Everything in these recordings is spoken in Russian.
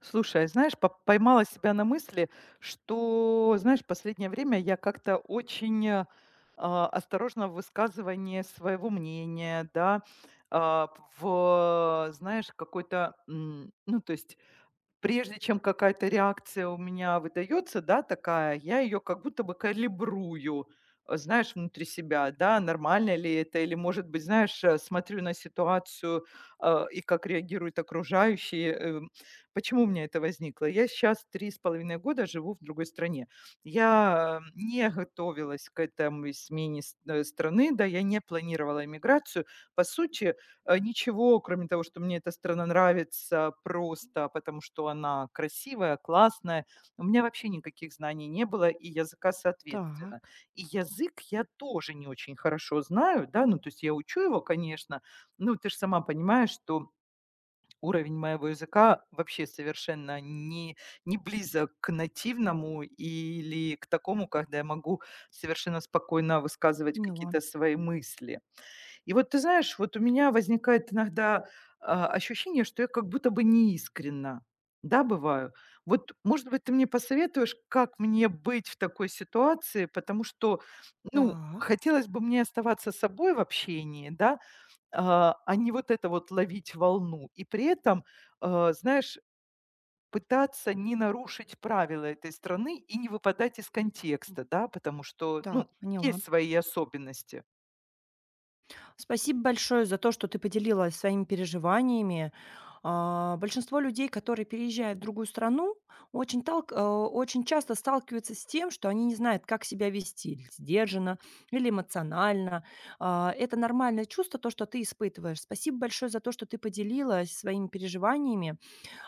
Слушай, а знаешь, поймала себя на мысли, что, знаешь, в последнее время я как-то очень осторожна в высказывании своего мнения, да, а, в, знаешь, какой-то, ну, то есть прежде чем какая-то реакция у меня выдается, да, такая, я ее как будто бы калибрую, знаешь, внутри себя, да, нормально ли это, или, может быть, знаешь, смотрю на ситуацию и как реагируют окружающие. Почему у меня это возникло? Я сейчас 3,5 года живу в другой стране. Я не готовилась к этому смене страны, да, я не планировала иммиграцию. По сути, ничего, кроме того, что мне эта страна нравится просто потому, что она красивая, классная. У меня вообще никаких знаний не было и языка соответственно. Так, И язык я тоже не очень хорошо знаю, да, ну, то есть я учу его, конечно. Ну, ты же сама понимаешь, что уровень моего языка вообще совершенно не близок к нативному или к такому, когда я могу совершенно спокойно высказывать поняла. какие-то свои мысли. И вот ты знаешь, вот у меня возникает иногда, ощущение, что я как будто бы неискренна. Да, бываю. Вот, может быть, ты мне посоветуешь, как мне быть в такой ситуации, потому что, ну, Так, хотелось бы мне оставаться собой в общении, да, а не вот это вот ловить волну. И при этом, знаешь, пытаться не нарушить правила этой страны и не выпадать из контекста, да, потому что, так, ну, поняла. есть свои особенности. Спасибо большое за то, что ты поделилась своими переживаниями. Большинство людей, которые переезжают в другую страну, очень, очень часто сталкиваются с тем, что они не знают, как себя вести, или сдержанно или эмоционально. Это нормальное чувство, то, что ты испытываешь. Спасибо большое за то, что ты поделилась своими переживаниями.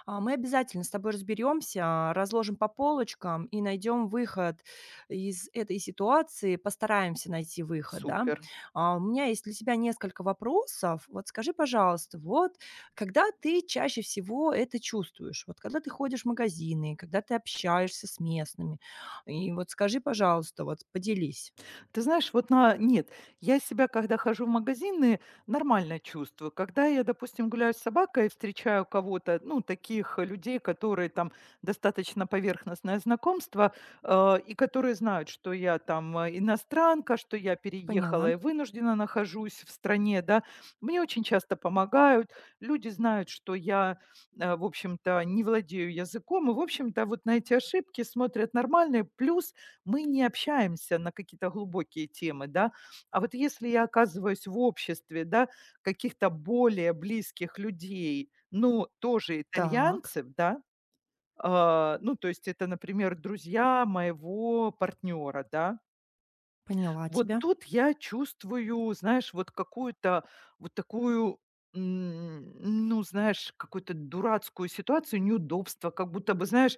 Мы обязательно с тобой разберемся, разложим по полочкам и найдем выход из этой ситуации, постараемся найти выход, да. Супер. У меня есть для тебя несколько вопросов. Вот скажи, пожалуйста, вот когда ты чаще всего это чувствуешь? Вот когда ты ходишь в магазины, когда ты общаешься с местными? И вот скажи, пожалуйста, вот поделись. Ты знаешь, вот на нет, я себя, когда хожу в магазины, нормально чувствую. Когда я, допустим, гуляю с собакой, встречаю кого-то, ну, таких людей, которые там достаточно поверхностное знакомство, и которые знают, что я там иностранка, что я Поняла. переехала и вынуждена нахожусь в стране, да, мне очень часто помогают. Люди знают, что я, в общем-то, не владею языком, и, в общем-то, вот на эти ошибки смотрят нормально. Плюс мы не общаемся на какие-то глубокие темы, да. А вот если я оказываюсь в обществе, да, каких-то более близких людей, ну, тоже Так, итальянцев, да, ну, то есть это, например, друзья моего партнера, да, поняла вот тебя. тут я чувствую, знаешь, вот какую-то вот такую, м, ну, знаешь, какую-то дурацкую ситуацию, неудобство, как будто бы, знаешь,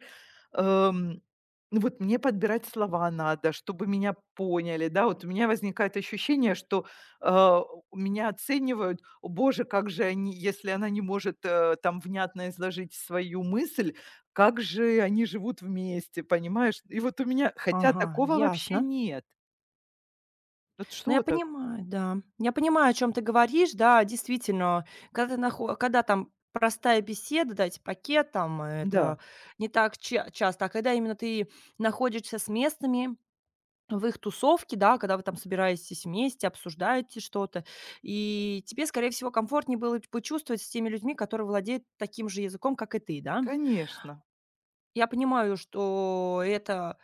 эм, ну, вот мне подбирать слова надо, чтобы меня поняли, да. Вот у меня возникает ощущение, что, э, меня оценивают: "О боже, как же они, если она не может, там внятно изложить свою мысль, как же они живут вместе", понимаешь? И вот у меня хотя Ага, такого вообще ясно. нет. Вот Ну, что я это? понимаю, да. Я понимаю, о чем ты говоришь. Да, действительно, когда ты нахо когда там простая беседа, дать пакет, там, это Да, не так ча часто. А когда именно ты находишься с местными в их тусовке, да, когда вы там собираетесь вместе, обсуждаете что-то, и тебе, скорее всего, комфортнее было почувствовать с теми людьми, которые владеют таким же языком, как и ты, да. конечно. Я понимаю, что это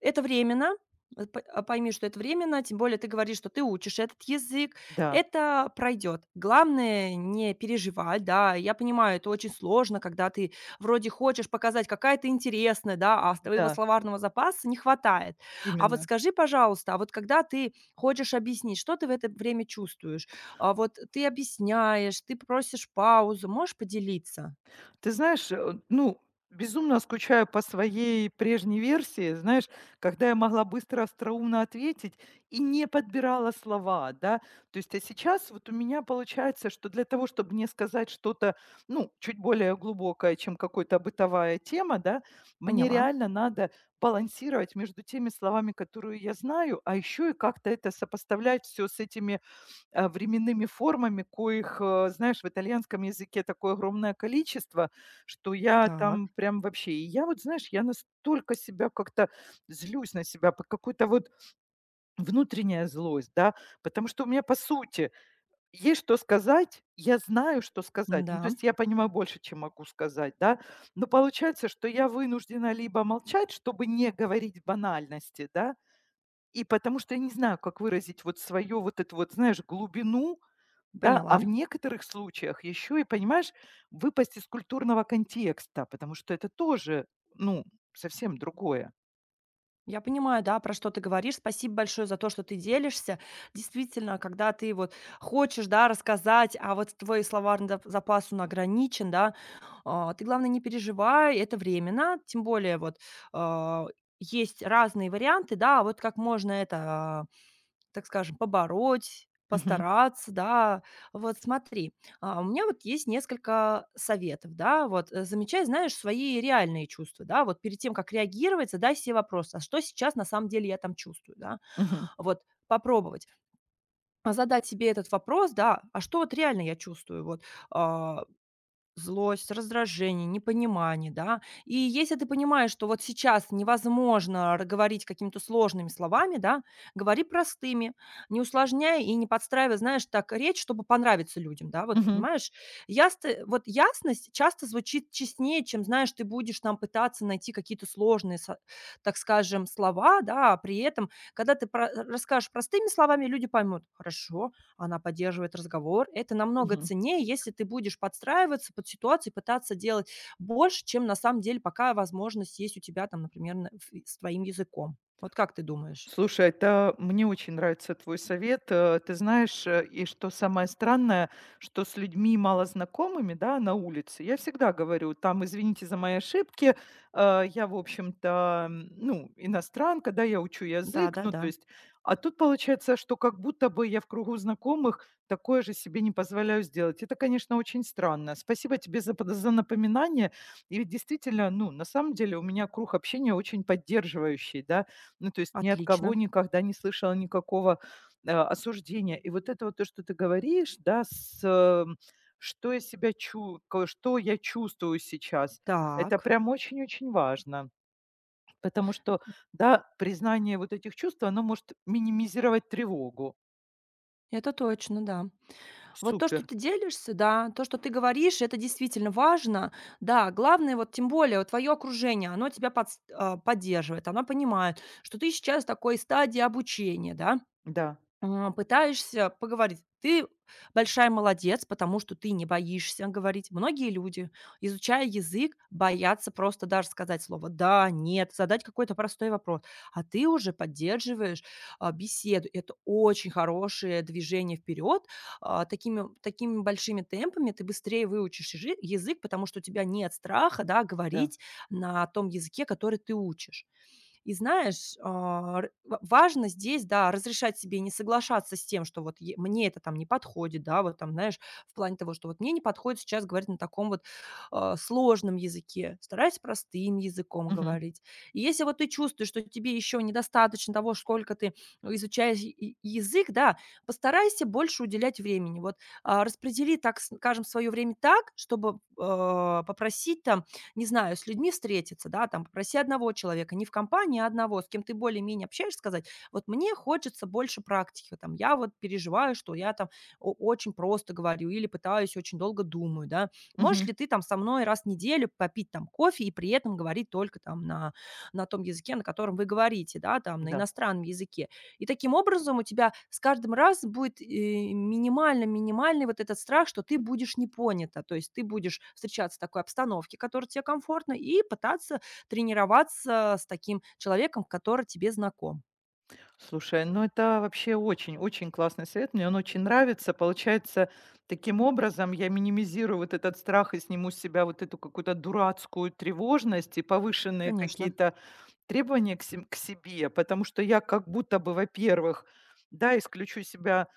это временно. Пойми, что это временно, тем более ты говоришь, что ты учишь этот язык. Да, Это пройдет. Главное не переживать, да. Я понимаю, это очень сложно, когда ты вроде хочешь показать, какая ты интересная, да, а с твоего да, словарного запаса не хватает. А вот именно. скажи, пожалуйста, а вот когда ты хочешь объяснить, что ты в это время чувствуешь? Вот ты объясняешь, ты просишь паузу. Можешь поделиться? Ты знаешь, ну, безумно скучаю по своей прежней версии, знаешь, когда я могла быстро, остроумно ответить и не подбирала слова, да. То есть, а сейчас вот у меня получается, что для того, чтобы мне сказать что-то, ну, чуть более глубокое, чем какая то бытовая тема, да, мне Поняла. реально надо балансировать между теми словами, которые я знаю, а еще и как-то это сопоставлять все с этими временными формами, коих, знаешь, в итальянском языке такое огромное количество, что я Так, там прям вообще и я вот, знаешь, я настолько себя как-то злюсь на себя, по какой-то вот внутренняя злость, да, потому что у меня, по сути, есть что сказать, я знаю, что сказать, ну, то да есть я понимаю больше, чем могу сказать, да, но получается, что я вынуждена либо молчать, чтобы не говорить банальности, да, и потому что я не знаю, как выразить вот свое вот это вот, знаешь, глубину, да, а поняла. в некоторых случаях еще и, понимаешь, выпасть из культурного контекста, потому что это тоже, ну, совсем другое. Я понимаю, да, про что ты говоришь. Спасибо большое за то, что ты делишься. Действительно, когда ты вот хочешь, да, рассказать, а вот твой словарный запас, он ограничен, да, ты, главное, не переживай, это временно, тем более вот а, есть разные варианты, да, вот как можно это так скажем, побороть, Мгм, постараться, да. Вот смотри, у меня вот есть несколько советов, да, вот, замечай, знаешь, свои реальные чувства, да, вот перед тем, как реагировать, задай себе вопрос, а что сейчас на самом деле я там чувствую, да, мгм, вот попробовать, задать себе этот вопрос, да, а что вот реально я чувствую, вот, а, злость, раздражение, непонимание, да. И если ты понимаешь, что вот сейчас невозможно говорить какими-то сложными словами, да, говори простыми, не усложняя и не подстраивая, знаешь, так речь, чтобы понравиться людям, да, вот мгм, понимаешь. Вот ясность часто звучит честнее, чем, знаешь, ты будешь там пытаться найти какие-то сложные, так скажем, слова, да, а при этом, когда ты расскажешь простыми словами, люди поймут, хорошо, она поддерживает разговор. Это намного мгм. ценнее, если ты будешь подстраиваться под ситуацию и пытаться делать больше, чем на самом деле пока возможность есть у тебя там, например, на ф с твоим языком. Вот как ты думаешь? Слушай, это мне очень нравится твой совет. Ты знаешь, и что самое странное, что с людьми малознакомыми, да, на улице, я всегда говорю, там, извините за мои ошибки, я, в общем-то, ну, иностранка, да, я учу язык, ну, Да-да-да. то есть, а тут получается, что как будто бы я в кругу знакомых такое же себе не позволяю сделать. Это, конечно, очень странно. Спасибо тебе за напоминание. И ведь действительно, ну, на самом деле у меня круг общения очень поддерживающий, да, ну, то есть ни от кого Отлично. никогда не слышала никакого, осуждения. И вот это вот то, что ты говоришь, да, что я себя чу ко что я чувствую сейчас, это Так. прям очень-очень важно. Потому что, да, признание вот этих чувств, оно может минимизировать тревогу. Это точно, да. Вот то, что Супер. ты делишься, да, то, что ты говоришь, это действительно важно. Да, главное, вот тем более вот твое окружение, оно тебя поддерживает, оно понимает, что ты сейчас в такой стадии обучения, да, Да, пытаешься поговорить. Ты большая молодец, потому что ты не боишься говорить. Многие люди, изучая язык, боятся просто даже сказать слово "да", "нет", задать какой-то простой вопрос, а ты уже поддерживаешь, беседу. Это очень хорошее движение вперед. Такими большими темпами ты быстрее выучишь ижи язык, потому что у тебя нет страха, да, да. говорить на том языке, который ты учишь. И знаешь, а, р ва важно здесь, да, разрешать себе не соглашаться с тем, что вот е мне это там не подходит, да, вот там, знаешь, в плане того, что вот мне не подходит сейчас говорить на таком вот, сложном языке. Старайся простым языком Мгм, говорить. И если вот ты чувствуешь, что тебе еще недостаточно того, сколько ты ну, изучаешь и язык, да, постарайся больше уделять времени. Вот, распредели, так скажем, свое время так, чтобы, попросить там не знаю, с людьми встретиться, да, там, попроси одного человека, не в компании, а одного, с кем ты более-менее общаешься, сказать, вот мне хочется больше практики, там, я вот переживаю, что я там очень просто говорю или пытаюсь, очень долго думаю, да, можешь мгм. ли ты там со мной раз в неделю попить там кофе и при этом говорить только там на том языке, на котором вы говорите, да, там, на Да. иностранном языке, и таким образом у тебя с каждым раз будет, минимально-минимальный вот этот страх, что ты будешь не понята. То есть ты будешь встречаться в такой обстановке, которая тебе комфортна, и пытаться тренироваться с таким человеком, который тебе знаком. Слушай, ну это вообще очень-очень классный совет, мне он очень нравится. Получается, таким образом я минимизирую вот этот страх и сниму с себя вот эту какую-то дурацкую тревожность и повышенные Конечно, какие-то требования к себе, потому что я как будто бы, во-первых, да, исключу себя,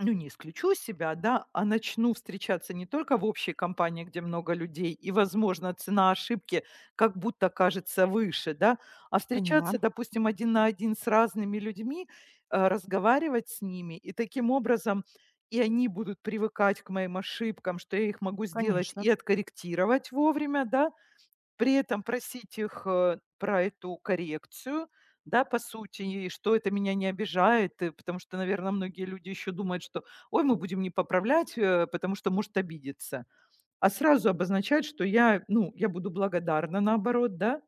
ну, не исключу себя, да, а начну встречаться не только в общей компании, где много людей, и, возможно, цена ошибки как будто кажется выше, да, а встречаться, поняла. допустим, один на один с разными людьми, разговаривать с ними, и таким образом и они будут привыкать к моим ошибкам, что я их могу сделать Конечно. и откорректировать вовремя, да, при этом просить их, про эту коррекцию, да, по сути, и что это меня не обижает, потому что, наверное, многие люди еще думают, что: "Ой, мы будем не поправлять, потому что может обидеться". А сразу обозначать, что я, ну, я буду благодарна, наоборот, да,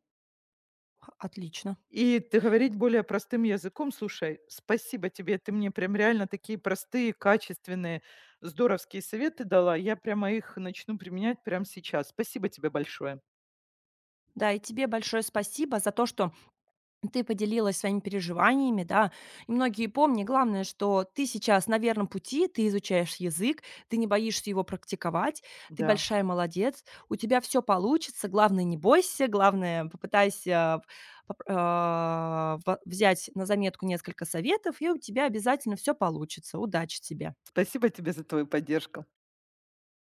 Х отлично. и т говорить Д- более простым языком: "Слушай, спасибо тебе, ты мне прям реально такие простые, качественные, здоровские советы дала. Я прямо их начну применять прямо сейчас. Спасибо тебе большое". Да, и тебе большое спасибо за то, что ты поделилась своими переживаниями, да. И многие помни, главное, что ты сейчас на верном пути, ты изучаешь язык, ты не боишься его практиковать, ты Да. большая молодец, у тебя все получится. Главное, не бойся, главное, попытайся поп а, ва взять на заметку несколько советов, и у тебя обязательно все получится. Удачи тебе! Спасибо тебе за твою поддержку.